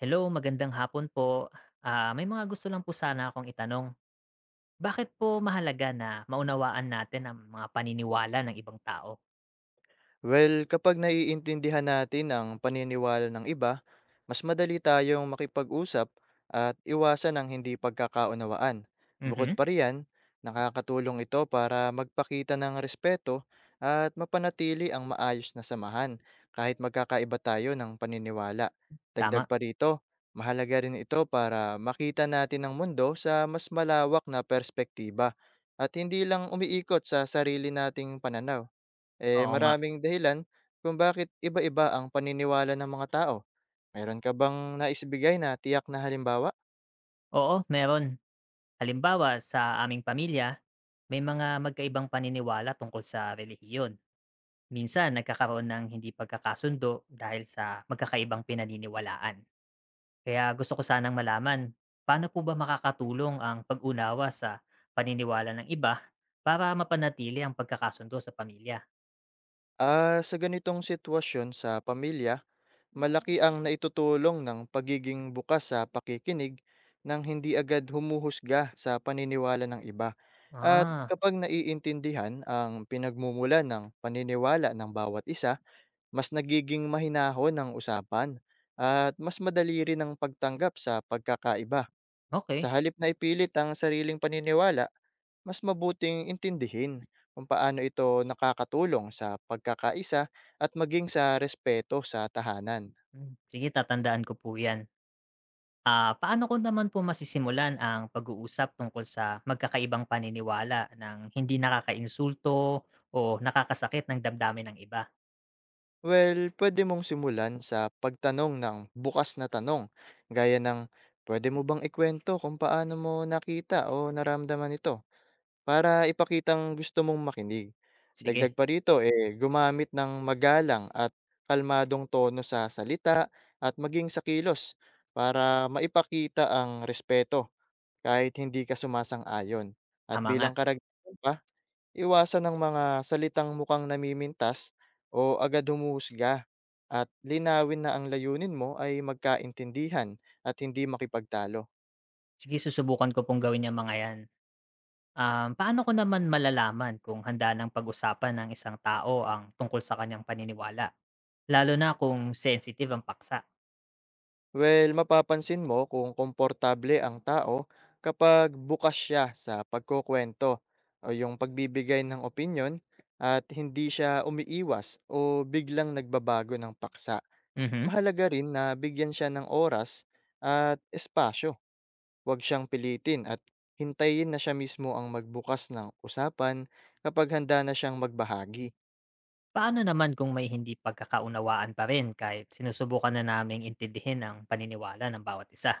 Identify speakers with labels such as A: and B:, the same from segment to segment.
A: Hello, magandang hapon po. May mga gusto lang po sana akong itanong. Bakit po mahalaga na maunawaan natin ang mga paniniwala ng ibang tao?
B: Well, kapag naiintindihan natin ang paniniwala ng iba, mas madali tayong makipag-usap at iwasan ang hindi pagkakaunawaan. Bukod
A: Mhm.
B: pa riyan, nakakatulong ito para magpakita ng respeto at mapanatili ang maayos na samahan kahit magkakaiba tayo ng paniniwala. Dagdag
A: Tama.
B: pa rito, mahalaga rin ito para makita natin ang mundo sa mas malawak na perspektiba at hindi lang umiikot sa sarili nating pananaw. Eh,
A: Oo nga.
B: maraming dahilan kung bakit iba-iba ang paniniwala ng mga tao. Meron ka bang naisibigay na tiyak na halimbawa?
A: Oo, meron. Halimbawa, sa aming pamilya, may mga magkaibang paniniwala tungkol sa relihiyon. Minsan, nagkakaroon ng hindi pagkakasundo dahil sa magkakaibang pinaniniwalaan. Kaya gusto ko sanang malaman, paano po ba makakatulong ang pag-unawa sa paniniwala ng iba para mapanatili ang pagkakasundo sa pamilya?
B: Ah, sa ganitong sitwasyon sa pamilya, malaki ang naitutulong ng pagiging bukas sa pakikinig nang hindi agad humuhusga sa paniniwala ng iba. At
A: Ah,
B: kapag naiintindihan ang pinagmumula ng paniniwala ng bawat isa, mas nagiging mahinahon ang usapan at mas madali rin ang pagtanggap sa pagkakaiba. Sa
A: okay.
B: halip na ipilit ang sariling paniniwala, mas mabuting intindihin kung paano ito nakakatulong sa pagkakaisa at maging sa respeto sa tahanan.
A: Sige, tatandaan ko po yan. Paano ko naman po masisimulan ang pag-uusap tungkol sa magkakaibang paniniwala ng hindi nakakainsulto o nakakasakit ng damdamin ng iba?
B: Well, pwede mong simulan sa pagtanong ng bukas na tanong, gaya ng pwede mo bang ikwento kung paano mo nakita o naramdaman ito? Para ipakitang gusto mong makinig.
A: Sige,
B: Dagdag pa rito, eh, gumamit ng magalang at kalmadong tono sa salita at maging sa kilos para maipakita ang respeto kahit hindi ka sumasang-ayon. At
A: tama nga.
B: bilang karagdagan pa, iwasan ng mga salitang mukhang namimintas o agad humuhusga at linawin na ang layunin mo ay magkaintindihan at hindi makipagtalo.
A: Sige, susubukan ko pong gawin yung mga yan. Paano ko naman malalaman kung handa ng pag-usapan ng isang tao ang tungkol sa kanyang paniniwala? Lalo na kung sensitive ang paksa.
B: Well, mapapansin mo kung komportable ang tao kapag bukas siya sa pagkukwento o yung pagbibigay ng opinyon at hindi siya umiiwas o biglang nagbabago ng paksa.
A: Mhm.
B: Mahalaga rin na bigyan siya ng oras at espasyo. Huwag siyang pilitin at hintayin na siya mismo ang magbukas ng usapan kapag handa na siyang magbahagi.
A: Paano naman kung may hindi pagkakaunawaan pa rin kahit sinusubukan na naming intindihin ang paniniwala ng bawat isa?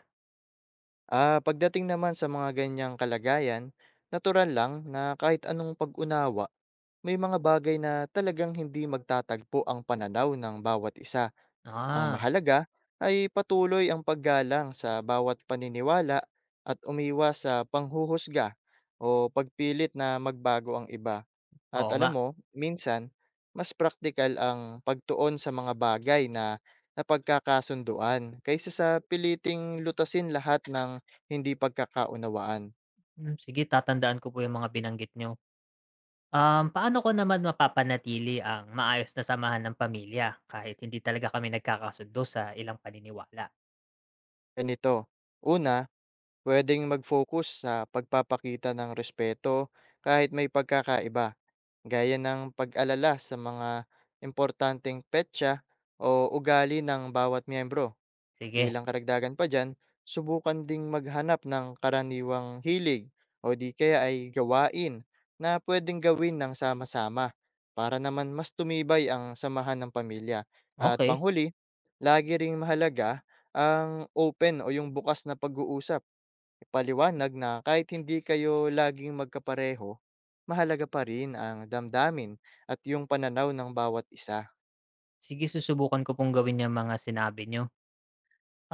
B: Ah, pagdating naman sa mga ganyang kalagayan, natural lang na kahit anong pag-unawa, may mga bagay na talagang hindi magtatagpo ang pananaw ng bawat isa. Ang
A: Ah,
B: mahalaga ay patuloy ang paggalang sa bawat paniniwala at umiwas sa panghuhusga o pagpilit na magbago ang iba. At
A: oo nga.
B: alam mo, minsan, mas praktikal ang pagtuon sa mga bagay na napagkakasunduan kaysa sa piliting lutasin lahat ng hindi pagkakaunawaan.
A: Sige, tatandaan ko po yung mga binanggit nyo. Paano ko naman mapapanatili ang maayos na samahan ng pamilya kahit hindi talaga kami nagkakasundo sa ilang paniniwala?
B: Ganito, una, puwedeng mag-focus sa pagpapakita ng respeto kahit may pagkakaiba, gaya ng pag-alala sa mga importanteng petsa o ugali ng bawat miyembro.
A: Sige,
B: Bilang karagdagan pa dyan, subukan ding maghanap ng karaniwang hilig o di kaya ay gawain na pwedeng gawin ng sama-sama para naman mas tumibay ang samahan ng pamilya. At
A: okay.
B: panghuli, lagi ring mahalaga ang open o yung bukas na pag-uusap. Ipaliwanag na kahit hindi kayo laging magkapareho, mahalaga pa rin ang damdamin at yung pananaw ng bawat isa.
A: Sige, susubukan ko pong gawin yang mga sinabi niyo.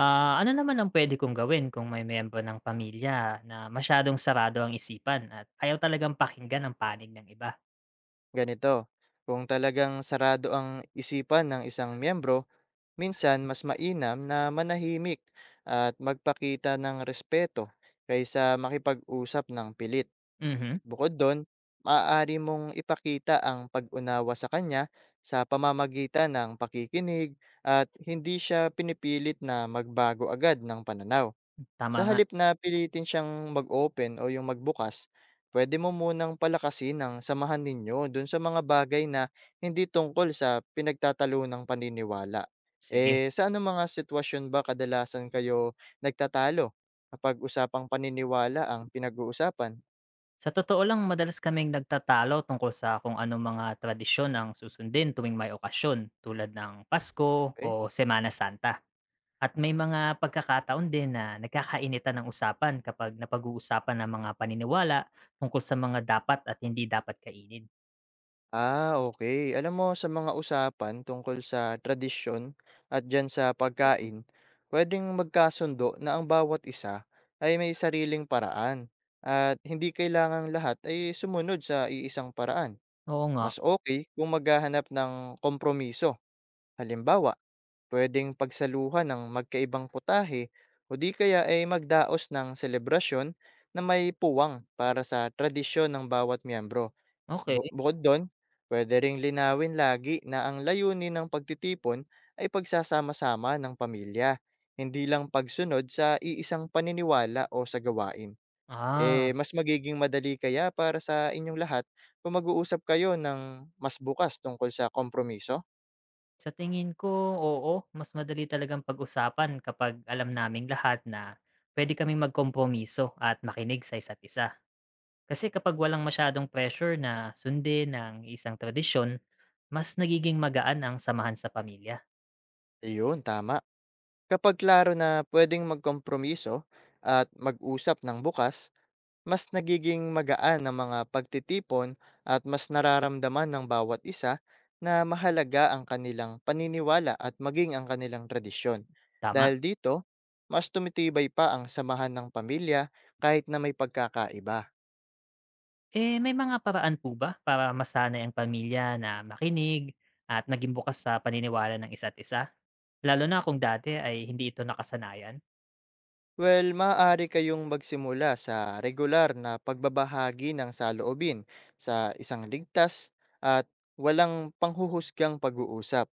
A: Ano naman ang puwede kong gawin kung may miyembro ng pamilya na masyadong sarado ang isipan at ayaw talagang pakinggan ang panig ng iba?
B: Ganito, kung talagang sarado ang isipan ng isang miyembro, minsan mas mainam na manahimik at magpakita ng respeto kaysa makipag-usap ng pilit.
A: Mhm,
B: Bukod do'n, maaari mong ipakita ang pag-unawa sa kanya sa pamamagitan ng pakikinig at hindi siya pinipilit na magbago agad ng pananaw.
A: tama
B: Sa
A: nga,
B: halip na pilitin siyang mag-open o yung magbukas, pwede mo munang palakasin ang samahan ninyo dun sa mga bagay na hindi tungkol sa pinagtatalo ng paniniwala.
A: sige.
B: Eh, sa anong mga sitwasyon ba kadalasan kayo nagtatalo kapag usapang paniniwala ang pinag-uusapan?
A: Sa totoo lang, madalas kaming nagtatalo tungkol sa kung anong mga tradisyon ang susundin tuwing may okasyon tulad ng Pasko o
B: Okay?
A: Semana Santa. At may mga pagkakataon din na nagkakainitan ng usapan kapag napag-uusapan ng mga paniniwala tungkol sa mga dapat at hindi dapat kainin.
B: Ah, okay. Alam mo sa mga usapan tungkol sa tradisyon at diyan sa pagkain, puwedeng magkasundo na ang bawat isa ay may sariling paraan at hindi kailangang lahat ay sumunod sa iisang paraan.
A: Oo nga,
B: Mas okay kung maghahanap ng kompromiso. Halimbawa, puwedeng pagsaluhan ng magkaibang putahe o di kaya ay magdaos ng selebrasyon na may puwang para sa tradisyon ng bawat miyembro. Bu
A: okey.
B: bukod dun, puwede ring linawin lagi na ang layunin ng pagtitipon ay pagsasama-sama ng pamilya, hindi lang pagsunod sa iisang paniniwala o sa gawain. Eh,
A: Ah,
B: mas magiging madali kaya para sa inyong lahat kung mag-uusap kayo ng mas bukas tungkol sa kompromiso?
A: sa tingin ko, oo, mas madali talagang pag-usapan kapag alam naming lahat na pwede kaming magkompromiso at makinig sa isa't isa. Kasi kapag walang masyadong pressure na sundin ang isang tradisyon, mas nagiging magaan ang samahan sa pamilya,
B: Ayun, tama. Kapag klaro na pwedeng magkompromiso at mag-usap ng bukas, mas nagiging magaan ang mga pagtitipon at mas nararamdaman ng bawat isa na mahalaga ang kanilang paniniwala at maging ang kanilang tradisyon.
A: tama.
B: Dahil dito, mas tumitibay pa ang samahan ng pamilya kahit na may pagkakaiba.
A: May mga paraan po ba para masanay ang pamilya na makinig at maging bukas sa paniniwala ng isa't isa? Lalo na kung dati ay hindi ito nakasanayan?
B: Well, maaari kayong magsimula sa regular na pagbabahagi ng saloobin sa isang ligtas at walang panghuhusgang pag-uusap.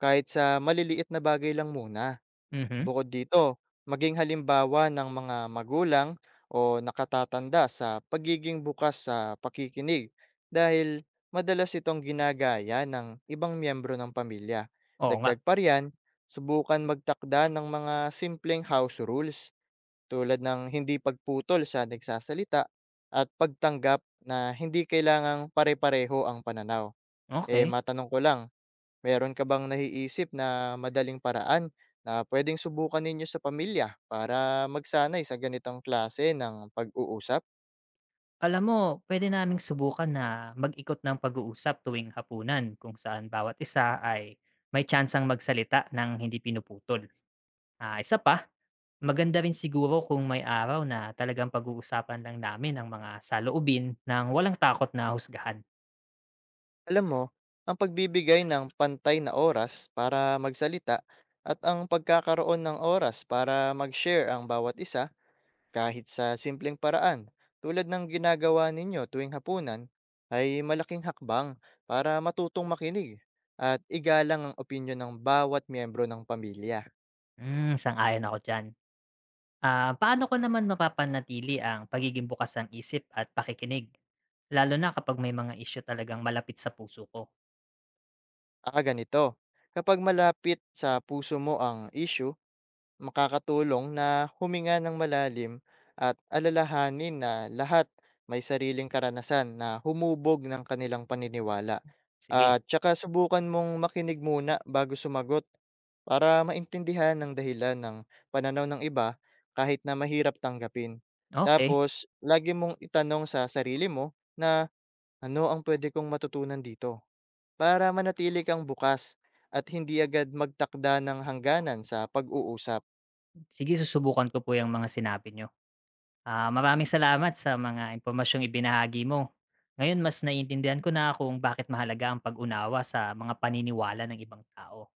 B: Kahit sa maliliit na bagay lang muna.
A: Mhm,
B: Bukod dito, maging halimbawa ng mga magulang o nakatatanda sa pagiging bukas sa pakikinig dahil madalas itong ginagaya ng ibang miyembro ng pamilya.
A: oo nga,
B: Dagdag pa riyan, subukan magtakda ng mga simpleng house rules tulad ng hindi pagputol sa nagsasalita at pagtanggap na hindi kailangang pare-pareho ang pananaw. Eh,
A: okey.
B: matanong ko lang, meron ka bang naiisip na madaling paraan na pwedeng subukan ninyo sa pamilya para magsanay sa ganitong klase ng pag-uusap?
A: Alam mo, pwede naming subukan na mag-ikot ng pag-uusap tuwing hapunan kung saan bawat isa ay may tsansang magsalita ng hindi pinuputol. Isa pa, maganda rin siguro kung may araw na talagang pag-uusapan lang namin ang mga saloobin ng walang takot na husgahan.
B: Alam mo, ang pagbibigay ng pantay na oras para magsalita at ang pagkakaroon ng oras para mag-share ang bawat isa kahit sa simpleng paraan tulad ng ginagawa ninyo tuwing hapunan ay malaking hakbang para matutong makinig at igalang ang opinyon ng bawat miyembro ng pamilya.
A: Sang-ayon ako dyan. Paano ko naman mapapanatili ang pagiging bukas ng isip at pakikinig? Lalo na kapag may mga isyu talagang malapit sa puso ko.
B: Ah, ganito. Kapag malapit sa puso mo ang issue, makakatulong na huminga ng malalim at alalahanin na lahat may sariling karanasan na humubog ng kanilang paniniwala.
A: Sige,
B: At tsaka subukan mong makinig muna bago sumagot para maintindihan ng dahilan ng pananaw ng iba kahit na mahirap tanggapin.
A: okay.
B: Tapos, lagi mong itanong sa sarili mo na ano ang pwede kong matutunan dito. Para manatili kang bukas at hindi agad magtakda ng hangganan sa pag-uusap.
A: Sige, susubukan ko po yung mga sinabi nyo. Maraming salamat sa mga impormasyong ibinahagi mo. Ngayon mas naiintindihan ko na kung bakit mahalaga ang pag-unawa sa mga paniniwala ng ibang tao.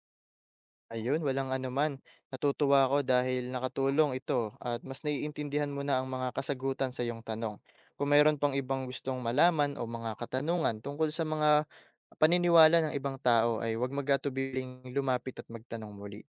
B: Ayun, walang anuman. Natutuwa ako dahil nakatulong ito at mas naiintindihan mo na ang mga kasagutan sa iyong tanong. Kung mayroon pang ibang gustong malaman o mga katanungan tungkol sa mga paniniwala ng ibang tao ay huwag mag-atubiling lumapit at magtanong muli.